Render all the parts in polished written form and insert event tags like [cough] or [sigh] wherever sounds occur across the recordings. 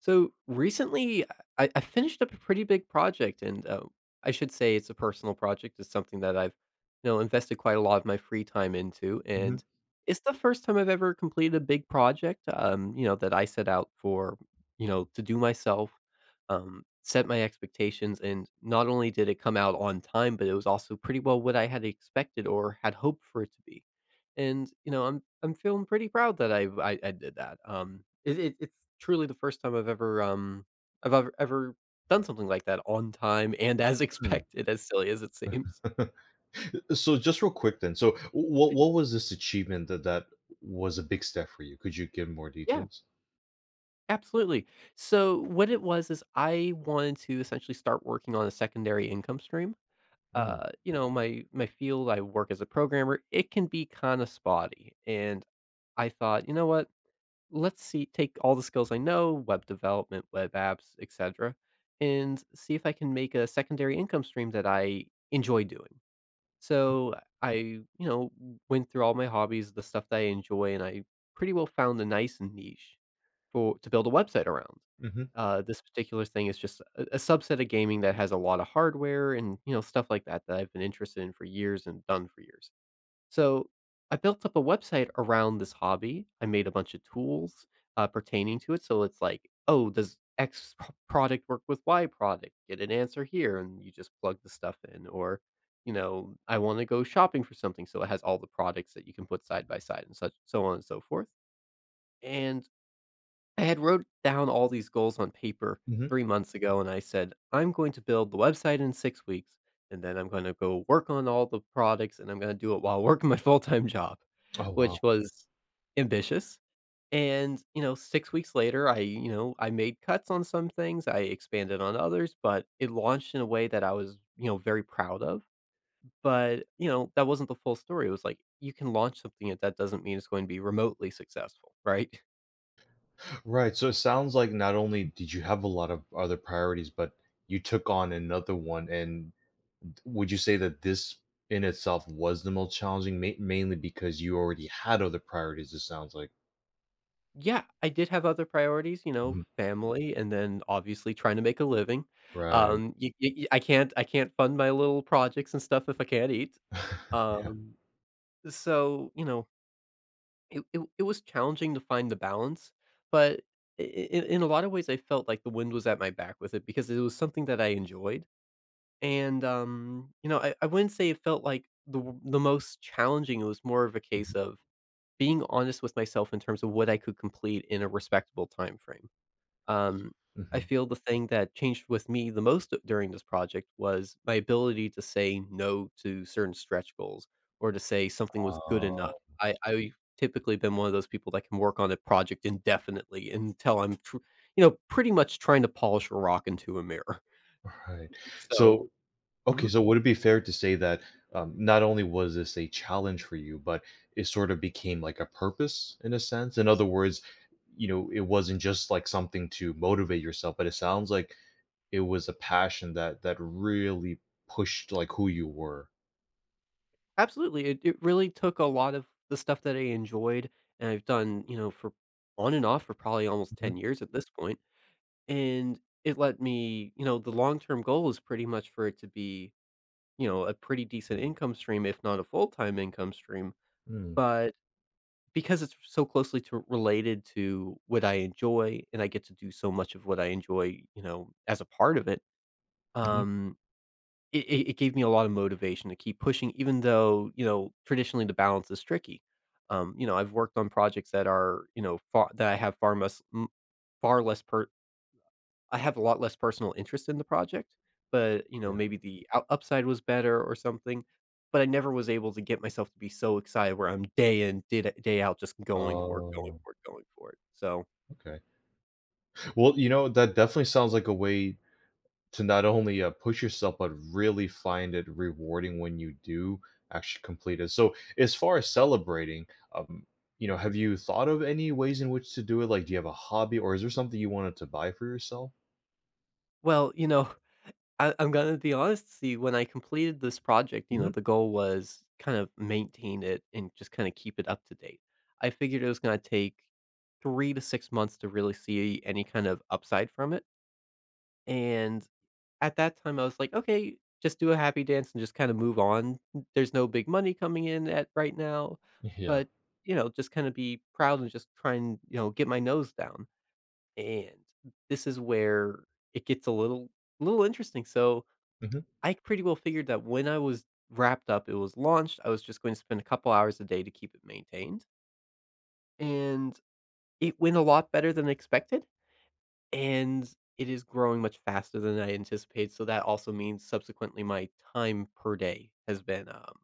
So recently, I finished up a pretty big project, and I should say it's a personal project. It's something that I've, you know, invested quite a lot of my free time into, Mhm. and it's the first time I've ever completed a big project. You know, that I set out for, you know, to do myself, set my expectations, and not only did it come out on time, but it was also pretty well what I had expected or had hoped for it to be. And, you know, I'm feeling pretty proud that I did that. It's truly the first time I've ever, ever done something like that on time and as [laughs] Mm. expected, as silly as it seems. [laughs] So just real quick then. So what was this achievement that was a big step for you? Could you give more Yeah, details? absolutely. So what it was is I wanted to essentially start working on a secondary income stream. Mm. You know, my field, I work as a programmer. It can be kind of spotty, and I thought, you know what? Let's see take all the skills I know, web development, web apps, etc., and see if I can make a secondary income stream that I enjoy doing. So I, you know, went through all my hobbies, the stuff that I enjoy, and I pretty well found a nice niche for to build a website around. Hmm. This particular thing is just a subset of gaming that has a lot of hardware and you know stuff like that that I've been interested in for years and done for years. So I built up a website around this hobby. I made a bunch of tools pertaining to it. So it's like, oh, does X product work with Y product? Get an answer here, and you just plug the stuff in. Or, you know, I want to go shopping for something, so it has all the products that you can put side by side and such, so on and so forth. And I had wrote down all these goals on paper Hmm. 3 months ago, and I said, "I'm going to build the website in 6 weeks, and then I'm gonna go work on all the products, and I'm gonna do it while [laughs] working my full-time job," Oh which wow. was ambitious, and, you know, 6 weeks later, I, you know, I made cuts on some things, I expanded on others, but it launched in a way that I was, you know, very proud of, but, you know, that wasn't the full story. It was like, you can launch something, and that doesn't mean it's going to be remotely successful, right? Right. So it sounds like not only did you have a lot of other priorities, but you took on another one. And would you say that this in itself was the most challenging, mainly because you already had other priorities? It sounds like. Yeah, I did have other priorities, you know, Mhm. family and then obviously trying to make a living. Right. Um, you, I can't fund my little projects and stuff if I can't eat. [laughs] Yeah. Um, so you know, it was challenging to find the balance, but in a lot of ways, I felt like the wind was at my back with it because it was something that I enjoyed, and you know, I wouldn't say it felt like the the most challenging. It was more of a Mhm. case of being honest with myself in terms of what I could complete in a respectable time frame. Um, I Mhm. feel the thing that changed with me the most during this project was my ability to say no to certain stretch goals or to say something was good Uh, enough. I typically been one of those people that can work on a project indefinitely until I'm tr you know, pretty much trying to polish a rock into a mirror. right. [laughs] So So okay, mhm. so would it be fair to say that not only was this a challenge for you, but it sort of became like a purpose in a sense? In other words, it wasn't just like something to motivate yourself, but it sounds like it was a passion that really pushed like who you were. Absolutely, it really took a lot of the stuff that I enjoyed and I've done, you know, for on and off for probably almost Mhm. 10 years at this point. And it let me you know, the long-term goal is pretty much for it to be, you know, a pretty decent income stream, if not a full-time income stream, Mm, but because it's so closely to related to what I enjoy and I get to do so much of what I enjoy, you know, as a part of it, mhm. um, it gave me a lot of motivation to keep pushing even though, you know, traditionally the balance is tricky. You know, I've worked on projects that are, you know, far that I have far less m far less per I have a lot less personal interest in the project, but, you know, Yeah. maybe the ou upside was better or something, but I never was able to get myself to be so excited where I'm day in, day out just going for it, going Oh, for it, going for it, so okay. Well, that definitely sounds like a way to not only push yourself but really find it rewarding when you do actually complete it, so as far as celebrating, um mhm. have you thought of any ways in which to do it, like do you have a hobby or is there something you wanted to buy for yourself? Well, you know, I'm gonna be honest, see, when I completed this project, you know, Hmm. the goal was kind of maintain it and just kinda keep it up to date. I figured it was gonna take 3 to 6 months to really see any kind of upside from it, and at that time, I was like, "Okay, just do a happy dance and just kinda move on. There's no big money coming in at right now, Yeah. but, you know, just kinda be proud and just try and, you know, get my nose down." And this is where it gets a little interesting, so Hmm. I pretty well figured that when I was wrapped up, it was launched, I was just going to spend a couple hours a day to keep it maintained, and it went a lot better than expected, and it is growing much faster than I anticipated, so that also means subsequently my time per day has been,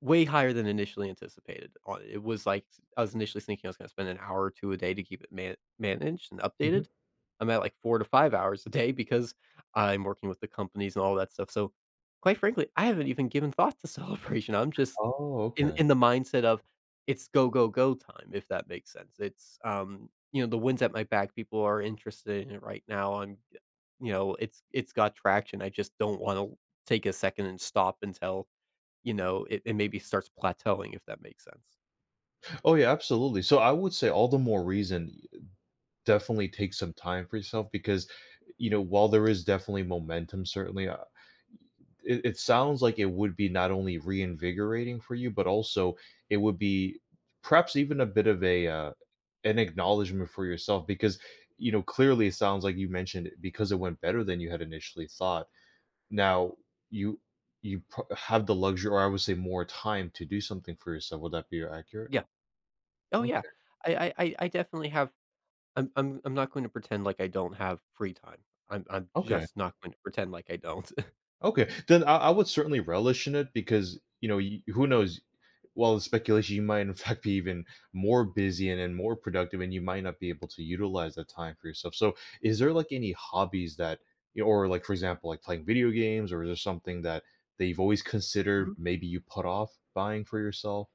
way higher than initially anticipated. It was like I was initially thinking I was gonna spend an hour or 2 a day to keep it managed and updated. Hmm. I'm at, like, 4 to 5 hours a day because I'm working with the companies and all that stuff, so, quite frankly, I haven't even given thought to [laughs] celebration. I'm just Oh, in okay. in the mindset of, "It's go, go, go time," if that makes sense. It's, you know, the wind's at my back, people are interested in it right now, I'm you know, it's got traction, I just don't wanna take a second and stop until you know, it maybe starts plateauing, if that makes sense. Oh yeah, absolutely. So I would say all the more reason, definitely take some time for yourself, because while there is definitely momentum, certainly, it sounds like it would be not only reinvigorating for you, but also it would be perhaps even a bit of a an acknowledgement for yourself because clearly it sounds like you mentioned it because it went better than you had initially thought. Now you you have the luxury, or I would say more time to do something for yourself. Would that be accurate? Yeah. Oh, yeah. Okay. I definitely have I'm not going to pretend like I don't have free time. I'm Okay. just not going to pretend like I don't. Okay, then I would certainly relish in it because y who knows. While the speculation, you might in [laughs] fact be even more busy and more productive, and you might not be able to utilize that time for yourself. So, is there like any hobbies that, or like for example, like playing video games, or is there something that you've always considered [laughs] maybe you put off buying for yourself?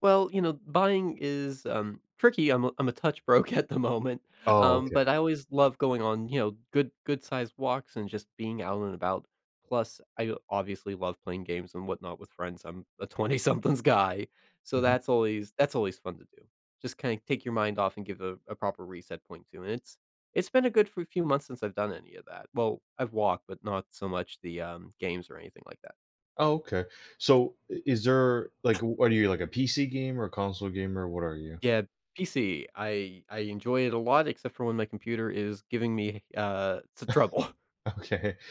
Well, you know, buying is, tricky, I'm a touch broke [laughs] at the moment, Oh, okay. but I always love going on, you know, good-sized walks and just being out and about. Plus, I obviously love playing games and whatnot with friends, I'm a [laughs] 20-somethings guy, so Mhm. That's always fun to do. Just kinda take your mind off and give a proper reset point to, and it's been a good f few months since I've done any of that. Well, I've walked, but not so much the, games or anything like that. Oh, okay. So, is there like, are you like a PC gamer, a console gamer? What are you? Yeah, PC. I enjoy it a lot, except for when my computer is giving me, some trouble. [laughs] Okay. [laughs]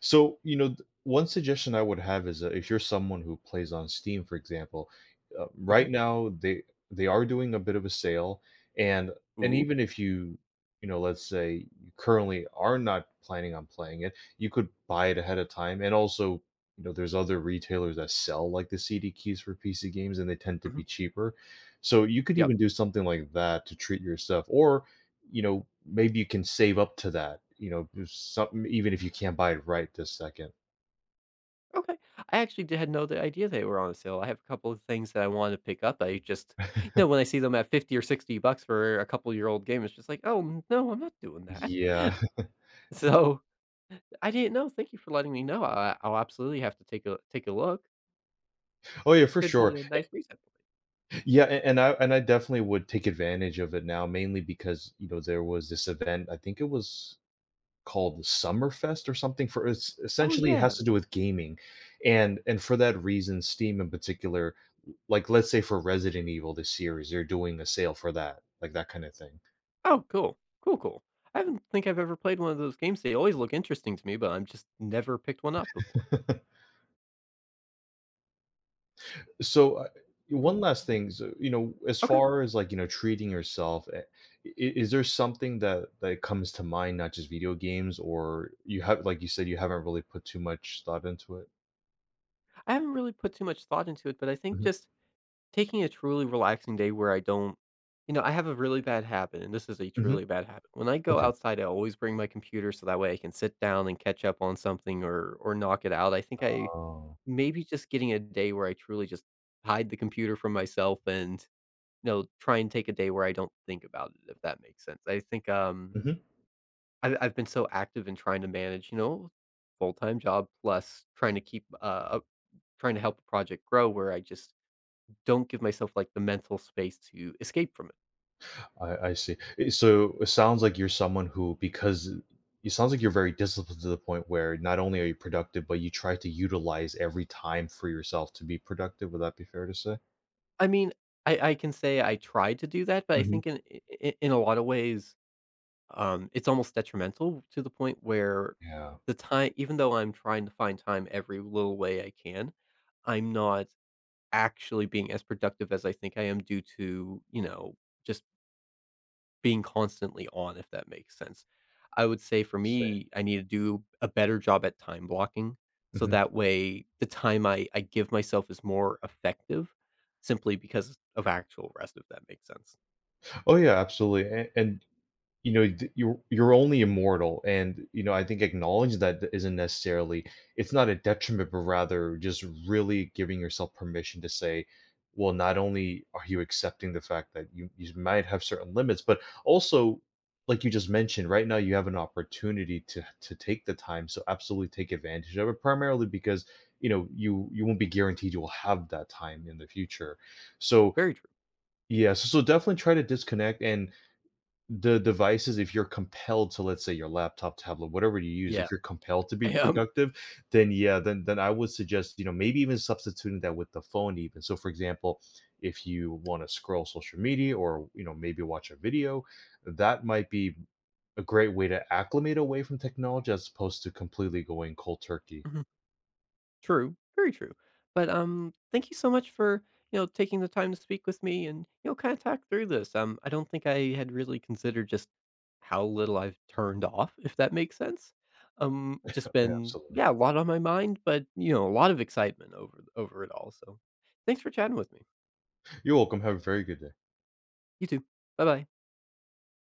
So, one suggestion I would have is, if you're someone who plays on Steam, for example, Okay. right now they are doing a bit of a sale, and Ooh. even if let's say you currently are not planning on playing it, you could buy it ahead of time, and also there's other retailers that sell like the CD keys for PC games, and they tend to Mhm. be cheaper, so you could Yep. even do something like that to treat yourself, or maybe you can save up to that. There's something even if you can't buy it right this second. Okay. I actually did had no the idea they were on sale. I have a couple of things that I want to pick up. I just you know, [laughs] when I see them at 50 or $60 for a couple-year-old game, it's just like, "Oh, n no, I'm not doing that." [laughs] Yeah. [laughs] So, I didn't know. Thank you for letting me know. I I'll absolutely have to take a take a look. Oh, yeah, for Could sure. be a nice reset point. Yeah, a and I definitely would take advantage of it now, mainly because, there was this event, I think it was called the Summerfest or something, for it's Oh, essentially it has yeah. to do with gaming, and for that reason, Steam in particular, like, let's say for Resident Evil, the series, they're doing a sale for that, like, that kinda thing. Oh, cool. Cool, cool. I don't think I've ever played one of those games. They always look interesting to me, but I've just never picked one up before. [laughs] So, Mm, one last thing, so, as okay. far as like, treating yourself, is there something that comes to mind, not just video games, or you have, like you said, you haven't really put too much thought into it? I haven't really put too much thought into it, but I think Hmm. just taking a truly relaxing day where I don't, you know, I have a really bad habit, and this is a Hmm. truly bad habit. When I go Okay. outside, I always bring my computer so that way I can sit down and catch up on something or knock it out. I think I Oh. maybe just getting a day where I truly just hide the computer from myself and you know, try and take a day where I don't think about it, if that makes sense. I think Hmm. I've been so active in trying to manage, you know, full-time job plus trying to keep, up trying to help a project grow where I just don't give myself, like, the mental space to escape from it. I see. So it sounds like you're someone who, because it sounds like you're very disciplined to the point where not only are you productive, but you try to utilize every time for yourself to be productive. Would that be fair to say? I mean, I can say I tried to do that, but I think Hmm. In a lot of ways, it's almost detrimental to the point where Yeah. the time even though I'm trying to find time every little way I can, I'm not actually being as productive as I think I am due to, you know, just being constantly on, if that makes sense. I would say for Say. me, I need to do a better job at time blocking. So that way, the time I give myself is more effective simply because of actual rest, if that makes sense. Oh yeah, absolutely. And you're only immortal, and I think acknowledging that isn't necessarily, it's not a detriment, but rather just really giving yourself permission to say, well, not only are you accepting the fact that you might have certain limits, but also like you just mentioned, right now you have an opportunity to take the time, so absolutely take advantage of it. Primarily because you won't be guaranteed you will have that time in the future. So Very true. yeah, so, so definitely try to disconnect, and the devices, if you're compelled to, let's say your laptop, tablet, whatever you use, Yeah. if you're compelled to be I am. productive, then yeah, then I would suggest, maybe even substituting that with the phone even, so for example, if you want to scroll social media, or maybe watch a video, that might be a great way to acclimate away from technology as opposed to completely going cold turkey. True, very true. But, thank you so much for, you know, taking the time to speak with me and, you know, kinda talk through this. I don't think I had really considered just how little I've turned off, if that makes sense. Just been, Absolutely. yeah, a lot on my mind, but, you know, a lot of excitement over it all, so thanks for chatting with me. You're welcome. Have a very good day. You too. Bye-bye.